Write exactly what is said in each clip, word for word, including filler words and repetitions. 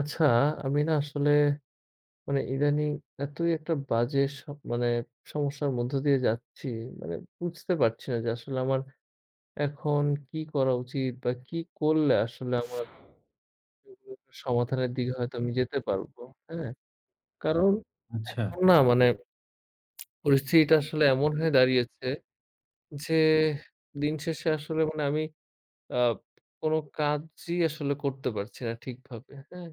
আচ্ছা, আমি না আসলে মানে ইদানিং এতই একটা বাজে স মানে সমস্যার মধ্য দিয়ে যাচ্ছি, মানে বুঝতে পারছি না যে আসলে আমার এখন কি করা উচিত বা কি করলে আসলে আমার সমাধানের দিকে হয়তো আমি যেতে পারবো, হ্যাঁ? কারণ আচ্ছা, এখন না মানে পরিস্থিতিটা আসলে এমন হয়ে দাঁড়িয়েছে যে দিন শেষে আসলে মানে আমি আ কোনো কাজই আসলে করতে পারছি না ঠিকভাবে, হ্যাঁ?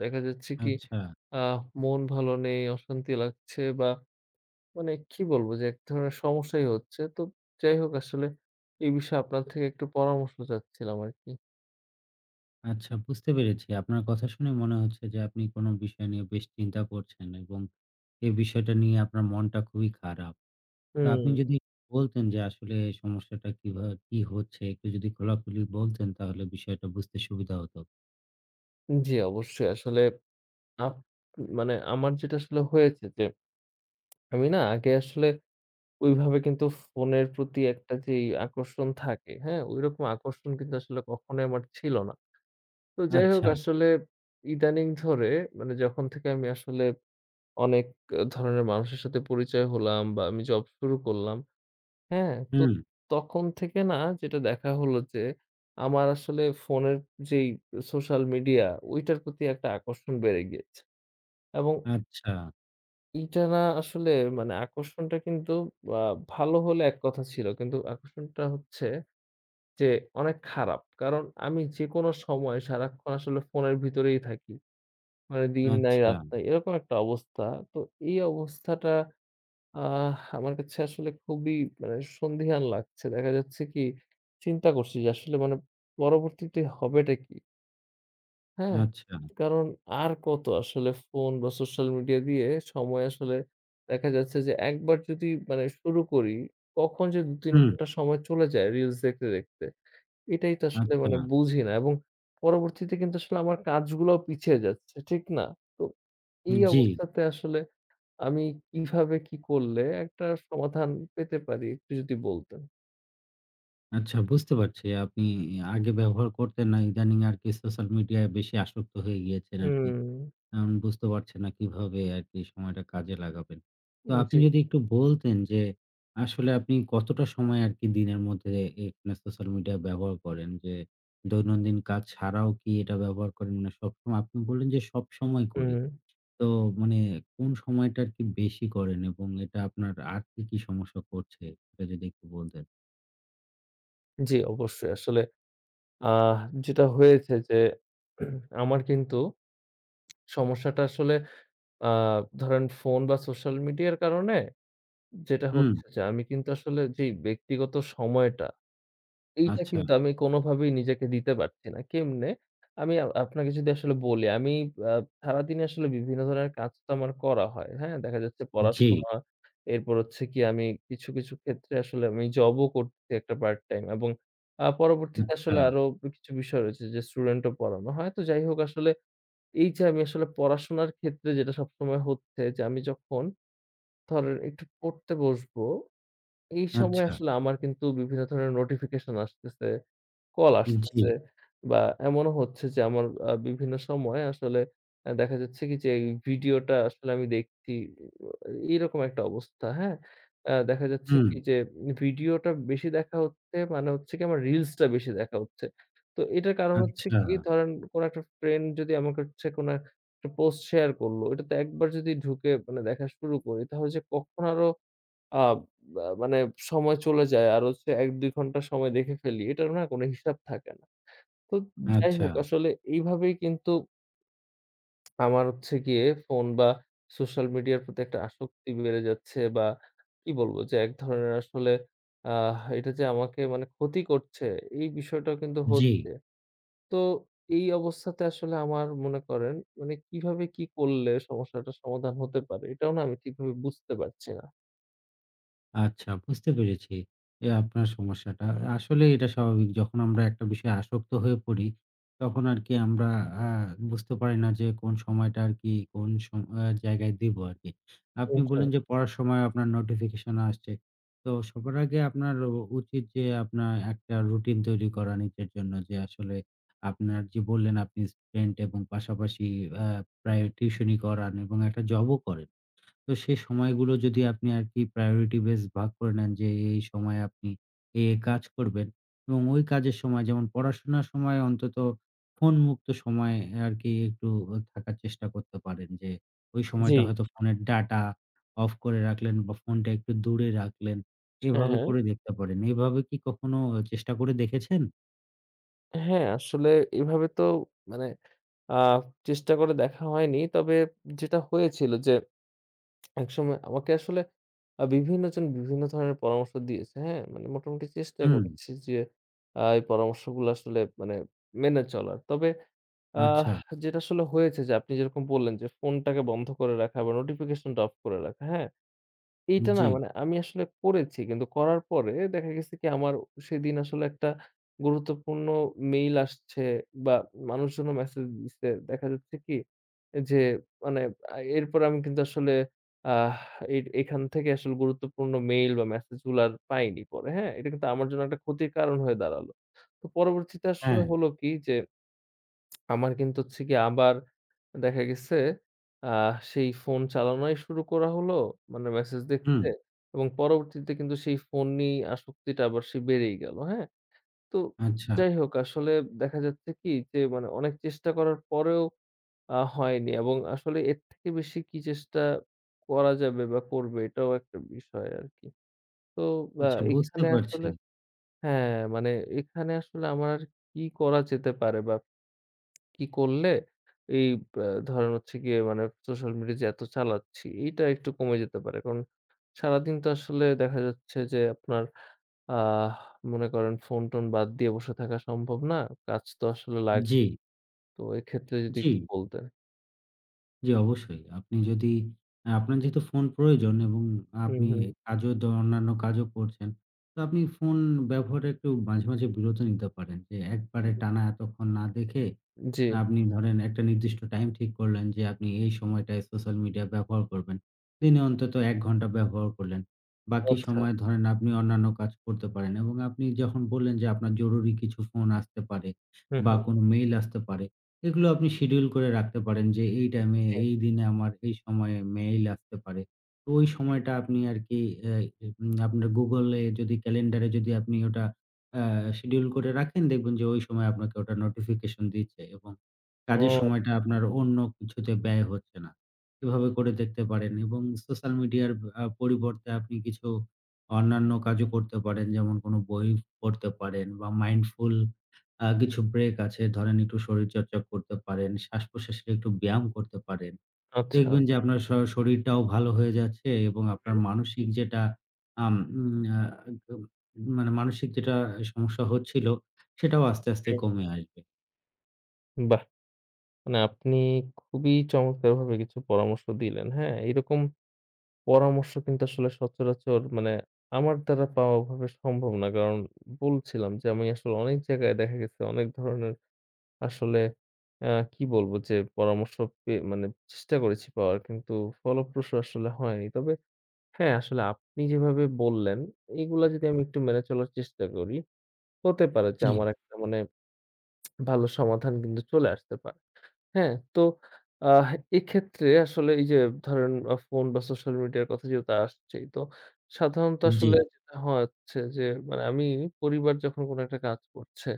দেখা যাচ্ছে কি আচ্ছা, আহ মন ভালো নেই, অশান্তি লাগছে বা মানে কি বলবো যে এক ধরনের সমস্যাই হচ্ছে। তো যাই হোক আসলে এই বিষয়ে আপনার থেকে একটু পরামর্শ চাচ্ছিলাম আরকি। আচ্ছা বুঝতে পেরেছি। আপনার কথা শুনে মনে হচ্ছে যে আপনি কোন বিষয় নিয়ে বেশ চিন্তা করছেন এবং এই বিষয়টা নিয়ে আপনার মনটা খুবই খারাপ। তো আপনি যদি হুম। বলতেন যে আসলে সমস্যাটা কিভা কি হচ্ছে একটু যদি খোলাখুলি বলতেন তাহলে বিষয়টা বুঝতে সুবিধা হতো। জি, অবশ্যই। আসলে আপ মানে আমার যেটা আসলে হয়েছে যে আমি না আগে আসলে ওইভাবে কিন্তু ফোনের প্রতি একটা যেই আকর্ষণ থাকে, হ্যাঁ? ওইরকম আকর্ষণ কিন্তু আসলে কখনোই আমার ছিল না। তো যাই হোক আচ্ছা, আসলে ইদানিং ধরে মানে যখন থেকে আমি আসলে অনেক আ ধরনের মানুষের সাথে পরিচয় হলাম বা আমি জব শুরু করলাম। হ্যাঁ? তো হুম, তখন থেকে না যেটা দেখা হলো যে, আমার আসলে ফোনের যেই সোশ্যাল মিডিয়া ঐটার প্রতি একটা আকর্ষণ বেড়ে গিয়েছে। এবং আচ্ছা, এইটা না আসলে মানে আকর্ষণটা কিন্তু আ ভালো হলে এক কথা ছিল। কিন্তু আকর্ষণটা হচ্ছে যে অনেক খারাপ। কারণ আমি যেকোনো সময় সারাক্ষণ আসলে ফোনের ভিতরেই থাকি। মানে দিন নাই আচ্ছা, রাত নাই এরকম একটা অবস্থা। তো এই অবস্থাটা আহ আমার কাছে আসলে খুবই মানে সন্দিহান লাগছে। দেখা যাচ্ছে কি চিন্তা করছি যে আসলে মানে পরবর্তীতে হবেটা কি? হ্যাঁ? আচ্ছা, কারণ আর কত আসলে ফোন বা সোশ্যাল মিডিয়া দিয়ে সময় আসলে দেখা যাচ্ছে যে একবার যদি মানে শুরু করি কখন যে দুই তিন হুম, ঘন্টা সময় চলে যায় রিলস দেখতে, দেখতে। এটাই তো আসলে আচ্ছা, মানে বুঝি না এবং পরবর্তীতে কিন্তু আসলে আমার কাজগুলাও পিছিয়ে যাচ্ছে। ঠিক না? তো এই জি, অবস্থাতে আসলে আমি কিভাবে কি করলে একটা সমাধান পেতে পারি একটু যদি বলতেন? আচ্ছা বুঝতে পারছি। আপনি আগে ব্যবহার করতেন না ইদানিং আরকি সোশ্যাল মিডিয়ায় বেশি আসক্ত হয়ে গিয়েছেন আরকি। হুম, এখন বুঝতে পারছেন না কিভাবে আরকি সময়টা কাজে লাগাবেন। তো আপনি জি, যদি একটু বলতেন যে আসলে আপনি কতটা সময় আরকি দিনের মধ্যে এখানে সোশ্যাল মিডিয়া ব্যবহার করেন? যে দৈনন্দিন কাজ ছাড়াও কি এটা ব্যবহার করেন? না সবসময় আপনি বললেন যে সবসময় করি। হুম। তো মানে কোন সময়টা আরকি বেশি করেন এবং এটা আপনার আর কি, কি সমস্যা করছে? এটা যদি একটু বলতেন। জি, অবশ্যই। আসলে আহ যেটা হয়েছে যে আমার কিন্তু সমস্যাটা আসলে আ ধরেন ফোন বা সোশ্যাল মিডিয়ার কারণে যেটা হুম, হচ্ছে যে আমি কিন্তু আসলে যেই ব্যক্তিগত সময়টা এইটা আচ্ছা। কিন্তু আমি কোনোভাবেই নিজেকে দিতে পারছি না। কেমনে? আমি আ আপনাকে যদি আসলে বলি, আমি আ সারাদিনে আসলে বিভিন্ন ধরনের কাজ তো আমার করা হয়। হ্যাঁ? দেখা যাচ্ছে জি, পড়াশোনা, এরপর হচ্ছে গিয়ে আমি কিছু, কিছু ক্ষেত্রে আসলে আমি জবও করছি একটা পার্ট টাইম এবং আ পরবর্তীতে আচ্ছা, আসলে আরো কিছু বিষয় রয়েছে যে স্টুডেন্টও পড়ানো হয়। তো যাই হোক আসলে এই যে আমি আসলে পড়াশোনার ক্ষেত্রে যেটা সবসময় হচ্ছে যে আমি যখন ধরেন একটু পড়তে বসবো, এই সময় আচ্ছা। আসলে আমার কিন্তু বিভিন্ন ধরনের নোটিফিকেশন আসতেছে। কল জি, আসতেছে বা এমনও হচ্ছে যে আমার আ বিভিন্ন সময় আসলে আ দেখা যাচ্ছে কি যে এই ভিডিওটা আসলে আমি দেখছি আহ, এইরকম একটা অবস্থা, হ্যাঁ? আ দেখা যাচ্ছে হুম, কি যে ভিডিওটা বেশি দেখা হচ্ছে মানে হচ্ছে কি আমার রিলসটা বেশি দেখা হচ্ছে। তো এটার কারণ হচ্ছে আচ্ছা, কি ধরেন কোন একটা ফ্রেন্ড যদি আমাকে হচ্ছে কোন একটা পোস্ট শেয়ার করলো, এটাতে একবার যদি ঢুকে মানে দেখা শুরু করি তাহলে যে কখন আরো আ বা মানে সময় চলে যায়। আর হচ্ছে এক দুই ঘন্টা সময় দেখে ফেলি। এটার না কোনো হিসাব থাকে না। তো যাই আচ্ছা। হোক আসলে এইভাবেই কিন্তু আমার হচ্ছে গিয়ে ফোন বা সোশ্যাল মিডিয়ার প্রতি একটা আসক্তি বেড়ে যাচ্ছে বা কি বলবো যে এক ধরনের আসলে আহ এটা যে আমাকে মানে ক্ষতি করছে এই বিষয়টাও কিন্তু জি। হচ্ছে। তো এই অবস্থাতে আসলে আমার মনে করেন মানে কিভাবে কি করলে সমস্যাটার সমাধান হতে পারে এটাও না আমি ঠিকভাবে বুঝতে পারছি না। আচ্ছা বুঝতে পেরেছি। এ আপনার সমস্যাটা। আসলে এটা স্বাভাবিক। যখন আমরা একটা বিষয়ে আসক্ত হয়ে পড়ি, তখন আরকি আমরা আ বুঝতে পারি না যে কোন সময়টা আরকি কোন সম আ জায়গায় দিব আরকি। আপনি বললেন জি, যে পড়ার সময় আপনার নোটিফিকেশন আসছে। তো সবার আগে আপনার উ উচিত যে আপনার একটা রুটিন তৈরি করা নিজের জন্য যে আসলে আপনার যে বললেন আপনি স্টুডেন্ট এবং পাশাপাশি আ প্রায় টিউশনি করান এবং একটা জবও করেন। তো সেই সময়গুলো যদি আপনি আরকি priority base ভাগ করে নেন যে, এই সময়ে আপনি এই, এই কাজ করবেন এবং ওই কাজের সময় যেমন পড়াশোনার সময় অন্তত ফোন মুক্ত সময় আরকি একটু থাকার চেষ্টা করতে পারেন যে, ওই জি। সময়টা হয়তো ফোনের ডাটা অফ করে রাখলেন বা ফোনটা একটু দূরে রাখলেন। জি। হ্যাঁ, এভাবে হ্যাঁ। করে দেখতে পারেন। এভাবে কি কখনো চেষ্টা করে দেখেছেন? হ্যাঁ, আসলে এভাবে তো মানে আ চেষ্টা করে দেখা হয়নি। তবে যেটা হয়েছিল যে একসময় আমাকে আসলে আ বিভিন্নজন বিভিন্ন ধরনের পরামর্শ দিয়েছে। হ্যাঁ? মানে মোটামুটি চেষ্টা হুম, করেছি যে আ এই পরামর্শগুলো আসলে মানে মেনে চলার। তবে আহ আচ্ছা। যেটা আসলে হয়েছে যে আপনি যেরকম বললেন যে ফোনটাকে বন্ধ করে রাখা বা নোটিফিকেশনটা অফ করে রাখা। হ্যাঁ? এইটা না জি, মানে আমি আসলে করেছি। কিন্তু করার পরে দেখা গেছে কি আমার সেদিন আসলে একটা গুরুত্বপূর্ণ মেইল আসছে বা মানুষজনও মেসেজ দিচ্ছে। দেখা যাচ্ছে কি যে মানে আ এরপর আমি কিন্তু আসলে আহ এ এখান থেকে আসলে গুরুত্বপূর্ণ মেইল বা মেসেজ গুলো আর পাইনি পরে, হ্যাঁ? এটা কিন্তু আমার জন্য একটা ক্ষতির কারণ হয়ে দাঁড়ালো। তো পরবর্তীতে আসলে হ্যাঁ, হলো কি যে আমার কিন্তু হচ্ছে গিয়ে আবার দেখা গেছে আ সেই ফোন চালানোই শুরু করা হলো, মানে মেসেজ হুম, দেখতে এবং পরবর্তীতে কিন্তু সেই ফোন নিয়েই আসক্তিটা আবার সেই বেড়েই গেল, হ্যাঁ? তো আচ্ছা, যাই হোক আসলে দেখা যাচ্ছে কি যে মানে অনেক চেষ্টা করার পরেও আ হয়নি এবং আসলে এর থেকে বেশি কি চেষ্টা করা যাবে বা করবে এটাও একটা বিষয় আরকি। তো আ আচ্ছা বুঝতে এখানে পারছি। আসলে হ্যাঁ, মানে এখানে আসলে আমার আর কি করা যেতে পারে বা কি করলে এই আ ধরেন হচ্ছে গিয়ে মানে সোশ্যাল মিডিয়া যে এত চালাচ্ছি, এইটা একটু কমে যেতে পারে। কারণ সারাদিন তো আসলে দেখা যাচ্ছে যে আপনার আহ মনে করেন ফোন-টোন বাদ দিয়ে বসে থাকা সম্ভব না। কাজ তো আসলে জি, লাগবে। তো এক্ষেত্রে যদি জি। একটু বলতেন। জি, অবশ্যই। আপনি যদি আ আপনার যেহেতু ফোন প্রয়োজন এবং হুম, আপনি হুম। হুম। কাজও দ অন্যান্য কাজও করছেন। তো আপনি ফোন ব্যবহারে একটু মাঝে, মাঝে বিরত নিতে পারেন। যে একবারে টানা এতক্ষণ না দেখে জি। আপনি ধরেন একটা নির্দিষ্ট টাইম ঠিক করলেন যে আপনি এই সময়টায় সোশ্যাল মিডিয়া ব্যবহার করবেন। দিনে অন্তত এক ঘন্টা ব্যবহার করলেন। বাকি আচ্ছা। সময় ধরেন আপনি অন্যান্য কাজ করতে পারেন এবং আপনি যখন বললেন যে আপনার জরুরি কিছু ফোন আসতে পারে হুম, বা হুম। কোনো মেইল আসতে পারে, এগুলো আপনি শিডিউল করে রাখতে পারেন যে এই টাইমে, জি। এই দিনে আমার এই সময়ে মেইল আসতে পারে। তো ওই সময়টা হুম। আপনি আরকি এ উম আপনার Google এ যদি ক্যালেন্ডারে যদি আপনি ওটা আ শিডিউল করে রাখেন দেখবেন যে ওই সময় আপনাকে ওটা নোটিফিকেশন দিচ্ছে এবং কাজের ও সময়টা আপনার অন্য কিছুতে ব্যয় হচ্ছে না। এভাবে করে দেখতে পারেন এবং সোশ্যাল মিডিয়ার আ পরিবর্তে আপনি কিছু অন্যান্য কাজও করতে পারেন। যেমন কোনো বই পড়তে পারেন বা মাইন্ডফুল আ কিছু ব্রেক আছে। ধরেন একটু শরীরচর্চা করতে পারেন, শ্বাসপ্রশ্বাসের একটু ব্যায়াম করতে পারেন। আচ্ছা। দেখবেন যে আপনার শ শরীরটাও ভালো হয়ে যাচ্ছে এবং আপনার হুম, মানসিক যেটা আম উম আ মানে মানসিক যেটা সমস্যা হচ্ছিল সেটাও আস্তে, আস্তে জি। কমে আসবে। বাহ! মানে আপনি খুবই চমৎকারভাবে কিছু পরামর্শ দিলেন। হ্যাঁ? এরকম পরামর্শ কিন্তু আসলে সচরাচর মানে আমার দ্বারা পাওয়া ওভাবে সম্ভব না। কারণ বলছিলাম যে আমি আসলে অনেক জায়গায় দেখা গেছে অনেক ধরনের আসলে আ কি বলবো যে পরামর্শ পে মানে চেষ্টা করেছি পাওয়ার কিন্তু ফলপ্রসূ আসলে হয়নি। তবে হ্যাঁ, আসলে আপনি যেভাবে বললেন এগুলা যদি আমি একটু মেনে চলার চেষ্টা করি, হতে পারে যে জি, আমার একটা মানে ভালো সমাধান কিন্তু চলে আসতে পারে। হ্যাঁ, তো আ এক্ষেত্রে আসলে এই যে ধরেন আ ফোন বা সোশ্যাল মিডিয়ার কথা যেহেতু আসছেই, তো সাধারণত জি, আসলে হুম। যেটা হচ্ছে যে মানে আমি পরিবার যখন কোনো একটা কাজ করছে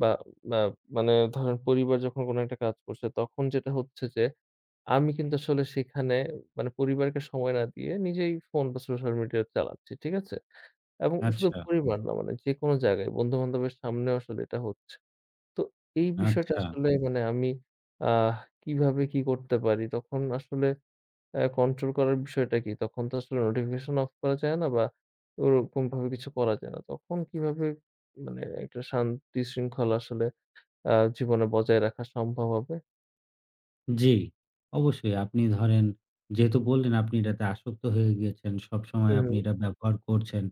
বা বা মানে ধরেন পরিবার যখন কোনো একটা কাজ করছে তখন যেটা হচ্ছে যে আমি কিন্তু আসলে সেখানে মানে পরিবারকে সময় না দিয়ে নিজেই ফোন বা সোশ্যাল মিডিয়া চালাচ্ছি। ঠিক আছে? এবং শুধু আচ্ছা। পরিবার না মানে যেকোনো জায়গায় বন্ধু-বান্ধবের সামনেও আসলে এটা হচ্ছে। তো এই বিষয়টা আচ্ছা, আসলে মানে আমি আহ কিভাবে কি করতে পারি? তখন আসলে আ কন্ট্রোল করার বিষয়টা কি? তখন তো আসলে নোটিফিকেশন অফ করা যায় না বা ওরকমভাবে কিছু করা যায় না। তখন কিভাবে মানে একটা শান্তি শৃঙ্খলা আসলে আ জীবনে বজায় রাখা সম্ভব হবে? জি। অবশ্যই আপনি ধরেন যেহেতু বললেন আপনি এটাতে আসক্ত হয়ে গিয়েছেন, সবসময় হুম, আপনি এটা ব্যবহার করছেন।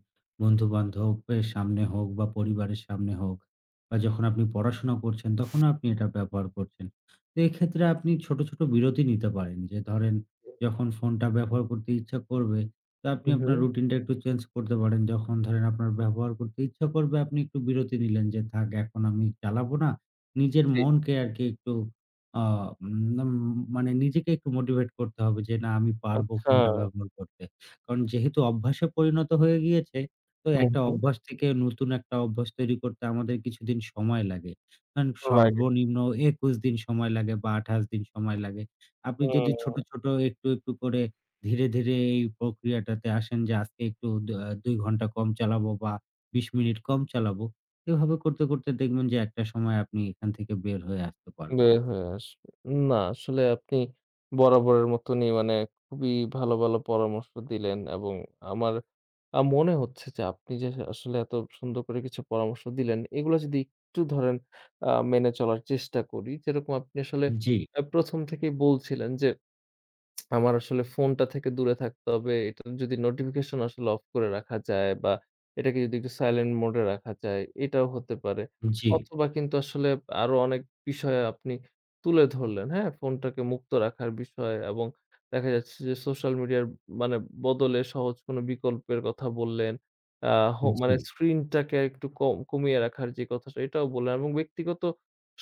বন্ধু-বান্ধবের সামনে হোক বা পরিবারের সামনে হোক বা যখন আপনি পড়াশোনা করছেন তখনও আপনি এটা ব্যবহার করছেন। তো এক্ষেত্রে আপনি ছোট, ছোট বিরতি নিতে পারেন যে ধরেন হুম, যখন ফোনটা ব্যবহার করতে ইচ্ছা করবে তো আপনি হুম, আপনার হুম, রুটিনটা একটু চেঞ্জ করতে পারেন। যখন ধরেন আপনার ব্যবহার করতে ইচ্ছা করবে আপনি একটু বিরতি নিলেন যে, "থাক এখন আমি চালাবো না।" নিজের জি। মনকে আরকি একটু আ নাম মানে নিজেকে একটু মোটিভেট করতে হবে যে, "না, আমি পারবো আচ্ছা। ফোনটা ব্যবহার করতে।" কারণ যেহেতু অভ্যাসে পরিণত হয়ে গিয়েছে, তো হুম, একটা হুম, অভ্যাস থেকে নতুন একটা অভ্যাস তৈরি করতে আমাদের কিছুদিন সময় লাগে। কারণ লাগে। সর্বনিম্ন একুশ দিন সময় লাগে বা আটাশ দিন সময় লাগে। আপনি যদি হুম। ছোট, ছোট একটু, একটু করে ধীরে, ধীরে এই প্রক্রিয়াটাতে আসেন যে, আজকে একটু দা দুই ঘন্টা কম চালাবো বা বিশ মিনিট কম চালাবো। এভাবে করতে, করতে দেখবেন যে একটা সময় আপনি এখান থেকে বের হয়ে আসতে পারবেন। বের হয়ে আসবে। না, আসলে আপনি বরাবরের মতনই মানে খুবই ভালো, ভালো পরামর্শ দিলেন এবং আমার আ মনে হচ্ছে যে আপনি যে আসলে এত সুন্দর করে কিছু পরামর্শ দিলেন, এগুলো যদি একটু ধরেন আ মেনে চলার চেষ্টা করি। যেরকম আপনি আসলে জি, আ প্রথম থেকেই বলছিলেন যে আমার আসলে ফোনটা থেকে দূরে থাকতে হবে। এটার যদি নোটিফিকেশন আসলে অফ করে রাখা যায় বা এটাকে যদি একটু সাইলেন্ট মোড এ রাখা যায়, এটাও হতে পারে। জি, অথবা কিন্তু আসলে আরো অনেক বিষয় আপনি তুলে ধরলেন, হ্যাঁ? ফোনটাকে মুক্ত রাখার বিষয় এবং দেখা যাচ্ছে যে সোশ্যাল মিডিয়ার মানে বদলে সহজ কোনো বিকল্পের কথা বললেন। আ হো জি, মানে স্ক্রিনটাকে একটু কম কমিয়ে রাখার যে কথাটা এটাও বললেন এবং ব্যক্তিগত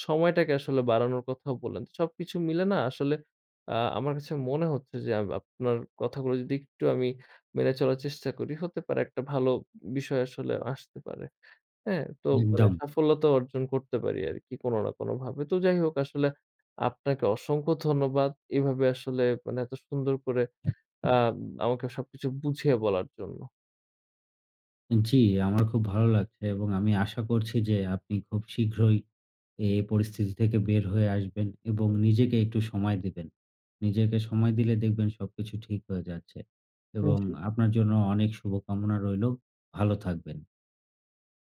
সময়টাকে আসলে বাড়ানোর কথাও বললেন। সবকিছু মিলে না আসলে আ আমার কাছে মনে হচ্ছে যে আব আপনার কথাগুলো যদি একটু আমি মেনে চলার চেষ্টা করি, হতে পারে একটা ভালো বিষয় আসলে আসতে পারে। হ্যাঁ? তো মানে একদম। সাফল্যতা অর্জন করতে পারি আরকি কোন না কোনভাবে। তো যাই হোক আসলে আপনাকে অসংখ্য ধন্যবাদ। এভাবে আসলে মানে এত সুন্দর করে আ আমাকে সবকিছু বুঝিয়ে বলার জন্য। জি, আমার খুব ভালো লাগছে এবং আমি আশা করছি যে আপনি খুব শীঘ্রই এ পরিস্থিতি থেকে বের হয়ে আসবেন এবং নিজেকে একটু সময় দিবেন। নিজেকে সময় দিলে দেখবেন সবকিছু ঠিক হয়ে যাচ্ছে এবং জি। আপনার জন্য অনেক শুভকামনা রইলো। ভালো থাকবেন।